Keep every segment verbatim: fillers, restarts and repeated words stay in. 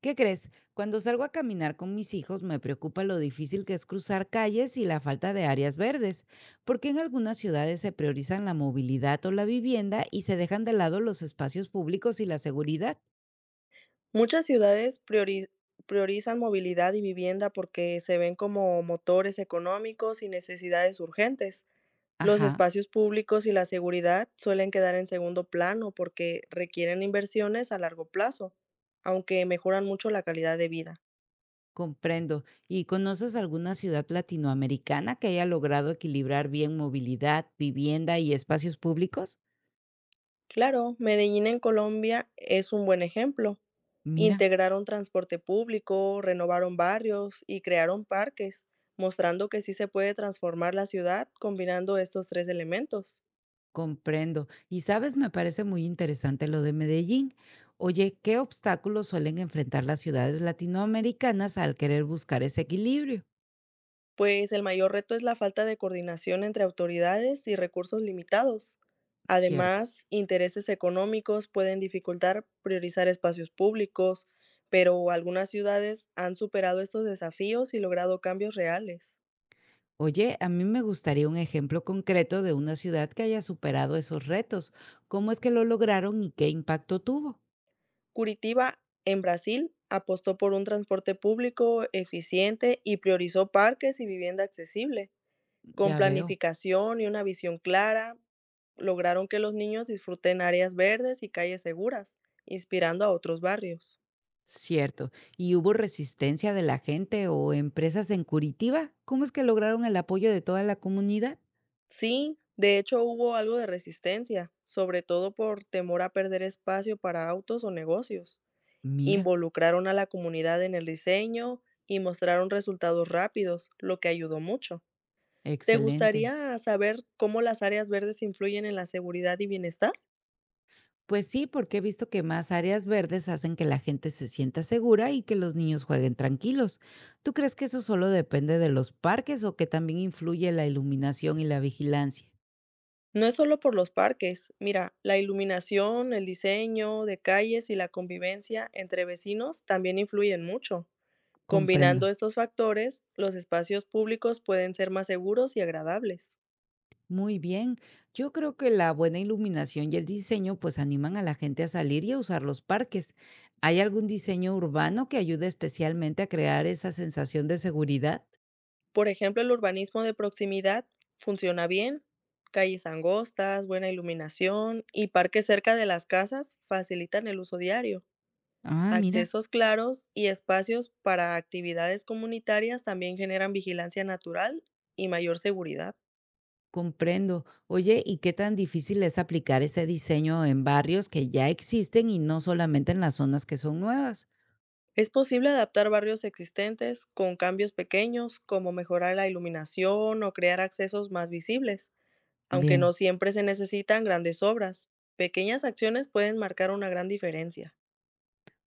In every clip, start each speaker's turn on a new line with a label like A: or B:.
A: ¿Qué crees? Cuando salgo a caminar con mis hijos me preocupa lo difícil que es cruzar calles y la falta de áreas verdes, porque en algunas ciudades se priorizan la movilidad o la vivienda y se dejan de lado los espacios públicos y la seguridad.
B: Muchas ciudades priori- priorizan movilidad y vivienda porque se ven como motores económicos y necesidades urgentes. Los
A: Ajá,
B: espacios públicos y la seguridad suelen quedar en segundo plano porque requieren inversiones a largo plazo, aunque mejoran mucho la calidad de vida.
A: comprendo. ¿Y conoces alguna ciudad latinoamericana que haya logrado equilibrar bien movilidad, vivienda y espacios públicos?
B: Claro, Medellín en Colombia es un buen ejemplo.
A: Mira.
B: Integraron transporte público, renovaron barrios y crearon parques, mostrando que sí se puede transformar la ciudad combinando estos tres elementos.
A: Comprendo. Y sabes, me parece muy interesante lo de Medellín. Oye, ¿qué obstáculos suelen enfrentar las ciudades latinoamericanas al querer buscar ese equilibrio?
B: Pues el mayor reto es la falta de coordinación entre autoridades y recursos limitados.
A: Cierto.
B: Además, intereses económicos pueden dificultar priorizar espacios públicos, pero algunas ciudades han superado estos desafíos y logrado cambios reales.
A: Oye, a mí me gustaría un ejemplo concreto de una ciudad que haya superado esos retos. ¿Cómo es que lo lograron y qué impacto tuvo?
B: Curitiba, en Brasil, apostó por un transporte público eficiente y priorizó parques y vivienda accesible. Con
A: Ya veo.
B: planificación y una visión clara, lograron que los niños disfruten áreas verdes y calles seguras, inspirando a otros barrios.
A: Cierto. ¿Y hubo resistencia de la gente o empresas en Curitiba? ¿Cómo es que lograron el apoyo de toda la comunidad?
B: Sí, de hecho hubo algo de resistencia, sobre todo por temor a perder espacio para autos o negocios.
A: Mira,
B: Involucraron a la comunidad en el diseño y mostraron resultados rápidos, lo que ayudó mucho. ¿Te
A: excelente.
B: gustaría saber cómo las áreas verdes influyen en la seguridad y bienestar?
A: Pues sí, porque he visto que más áreas verdes hacen que la gente se sienta segura y que los niños jueguen tranquilos. ¿Tú crees que eso solo depende de los parques o que también influye la iluminación y la vigilancia?
B: No es solo por los parques, mira, la iluminación, el diseño de calles y la convivencia entre vecinos también influyen mucho.
A: Comprendo.
B: Combinando estos factores, los espacios públicos pueden ser más seguros y agradables.
A: Muy bien. Yo creo que la buena iluminación y el diseño pues animan a la gente a salir y a usar los parques. ¿Hay algún diseño urbano que ayude especialmente a crear esa sensación de seguridad?
B: Por ejemplo, el urbanismo de proximidad funciona bien. Calles angostas, buena iluminación y parques cerca de las casas facilitan el uso diario.
A: Ah, mira.
B: Accesos claros y espacios para actividades comunitarias también generan vigilancia natural y mayor seguridad.
A: Comprendo. Oye, ¿y qué tan difícil es aplicar ese diseño en barrios que ya existen y no solamente en las zonas que son nuevas?
B: Es posible adaptar barrios existentes con cambios pequeños, como mejorar la iluminación o crear accesos más visibles, aunque
A: Bien.
B: no siempre se necesitan grandes obras. Pequeñas acciones pueden marcar una gran diferencia.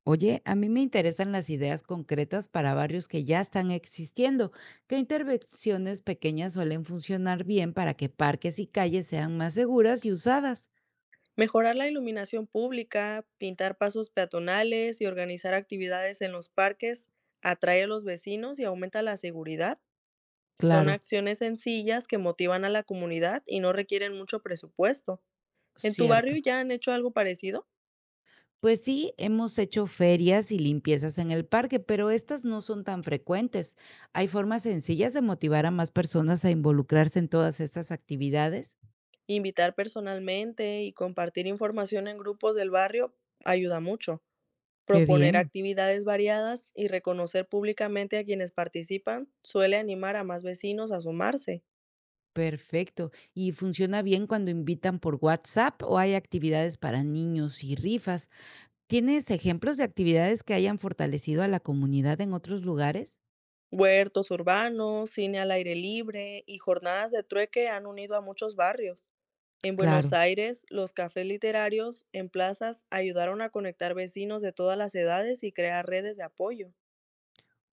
A: Oye, a mí me interesan las ideas concretas para barrios que ya están existiendo. ¿Qué intervenciones pequeñas suelen funcionar bien para que parques y calles sean más seguras y usadas?
B: Mejorar la iluminación pública, pintar pasos peatonales y organizar actividades en los parques atrae a los vecinos y aumenta la seguridad. Son
A: Claro,
B: acciones sencillas que motivan a la comunidad y no requieren mucho presupuesto. ¿En tu barrio
A: cierto.
B: ya han hecho algo parecido?
A: Pues sí, hemos hecho ferias y limpiezas en el parque, pero estas no son tan frecuentes. ¿Hay formas sencillas de motivar a más personas a involucrarse en todas estas actividades?
B: Invitar personalmente y compartir información en grupos del barrio ayuda mucho.
A: Qué
B: Proponer
A: bien.
B: actividades variadas y reconocer públicamente a quienes participan suele animar a más vecinos a sumarse.
A: Perfecto. ¿Y funciona bien cuando invitan por WhatsApp o hay actividades para niños y rifas? ¿Tienes ejemplos de actividades que hayan fortalecido a la comunidad en otros lugares?
B: Huertos urbanos, cine al aire libre y jornadas de trueque han unido a muchos barrios. En Buenos
A: Claro.
B: Aires, los cafés literarios en plazas ayudaron a conectar vecinos de todas las edades y crear redes de apoyo.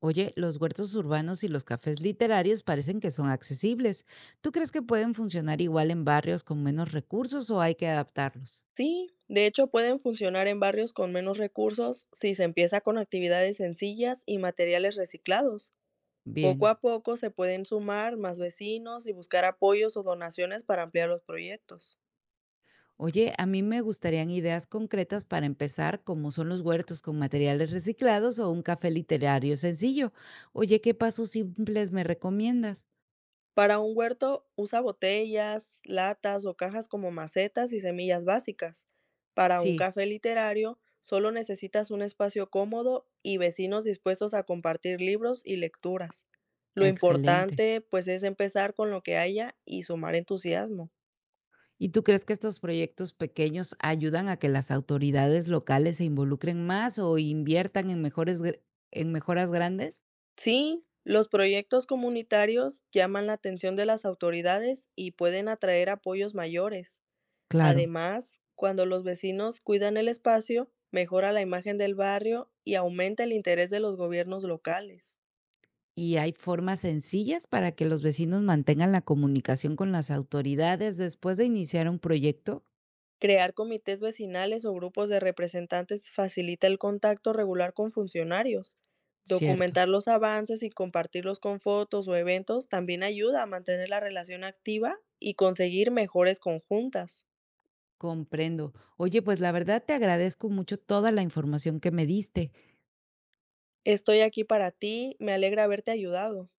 A: Oye, los huertos urbanos y los cafés literarios parecen que son accesibles. ¿Tú crees que pueden funcionar igual en barrios con menos recursos o hay que adaptarlos?
B: Sí, de hecho pueden funcionar en barrios con menos recursos si se empieza con actividades sencillas y materiales reciclados. Poco
A: Bien.
B: a poco se pueden sumar más vecinos y buscar apoyos o donaciones para ampliar los proyectos.
A: Oye, a mí me gustarían ideas concretas para empezar, como son los huertos con materiales reciclados o un café literario sencillo. Oye, ¿qué pasos simples me recomiendas?
B: Para un huerto, usa botellas, latas o cajas como macetas y semillas básicas. Para un
A: Sí,
B: café literario, solo necesitas un espacio cómodo y vecinos dispuestos a compartir libros y lecturas. Lo
A: excelente.
B: importante, pues, es empezar con lo que haya y sumar entusiasmo.
A: ¿Y tú crees que estos proyectos pequeños ayudan a que las autoridades locales se involucren más o inviertan en mejores gr- en mejoras grandes?
B: Sí, los proyectos comunitarios llaman la atención de las autoridades y pueden atraer apoyos mayores.
A: Claro.
B: Además, cuando los vecinos cuidan el espacio, mejora la imagen del barrio y aumenta el interés de los gobiernos locales.
A: Y hay formas sencillas para que los vecinos mantengan la comunicación con las autoridades después de iniciar un proyecto.
B: Crear comités vecinales o grupos de representantes facilita el contacto regular con funcionarios.
A: Cierto.
B: Documentar los avances y compartirlos con fotos o eventos también ayuda a mantener la relación activa y conseguir mejores conjuntas.
A: Comprendo. Oye, pues la verdad te agradezco mucho toda la información que me diste.
B: Estoy aquí para ti, me alegra haberte ayudado.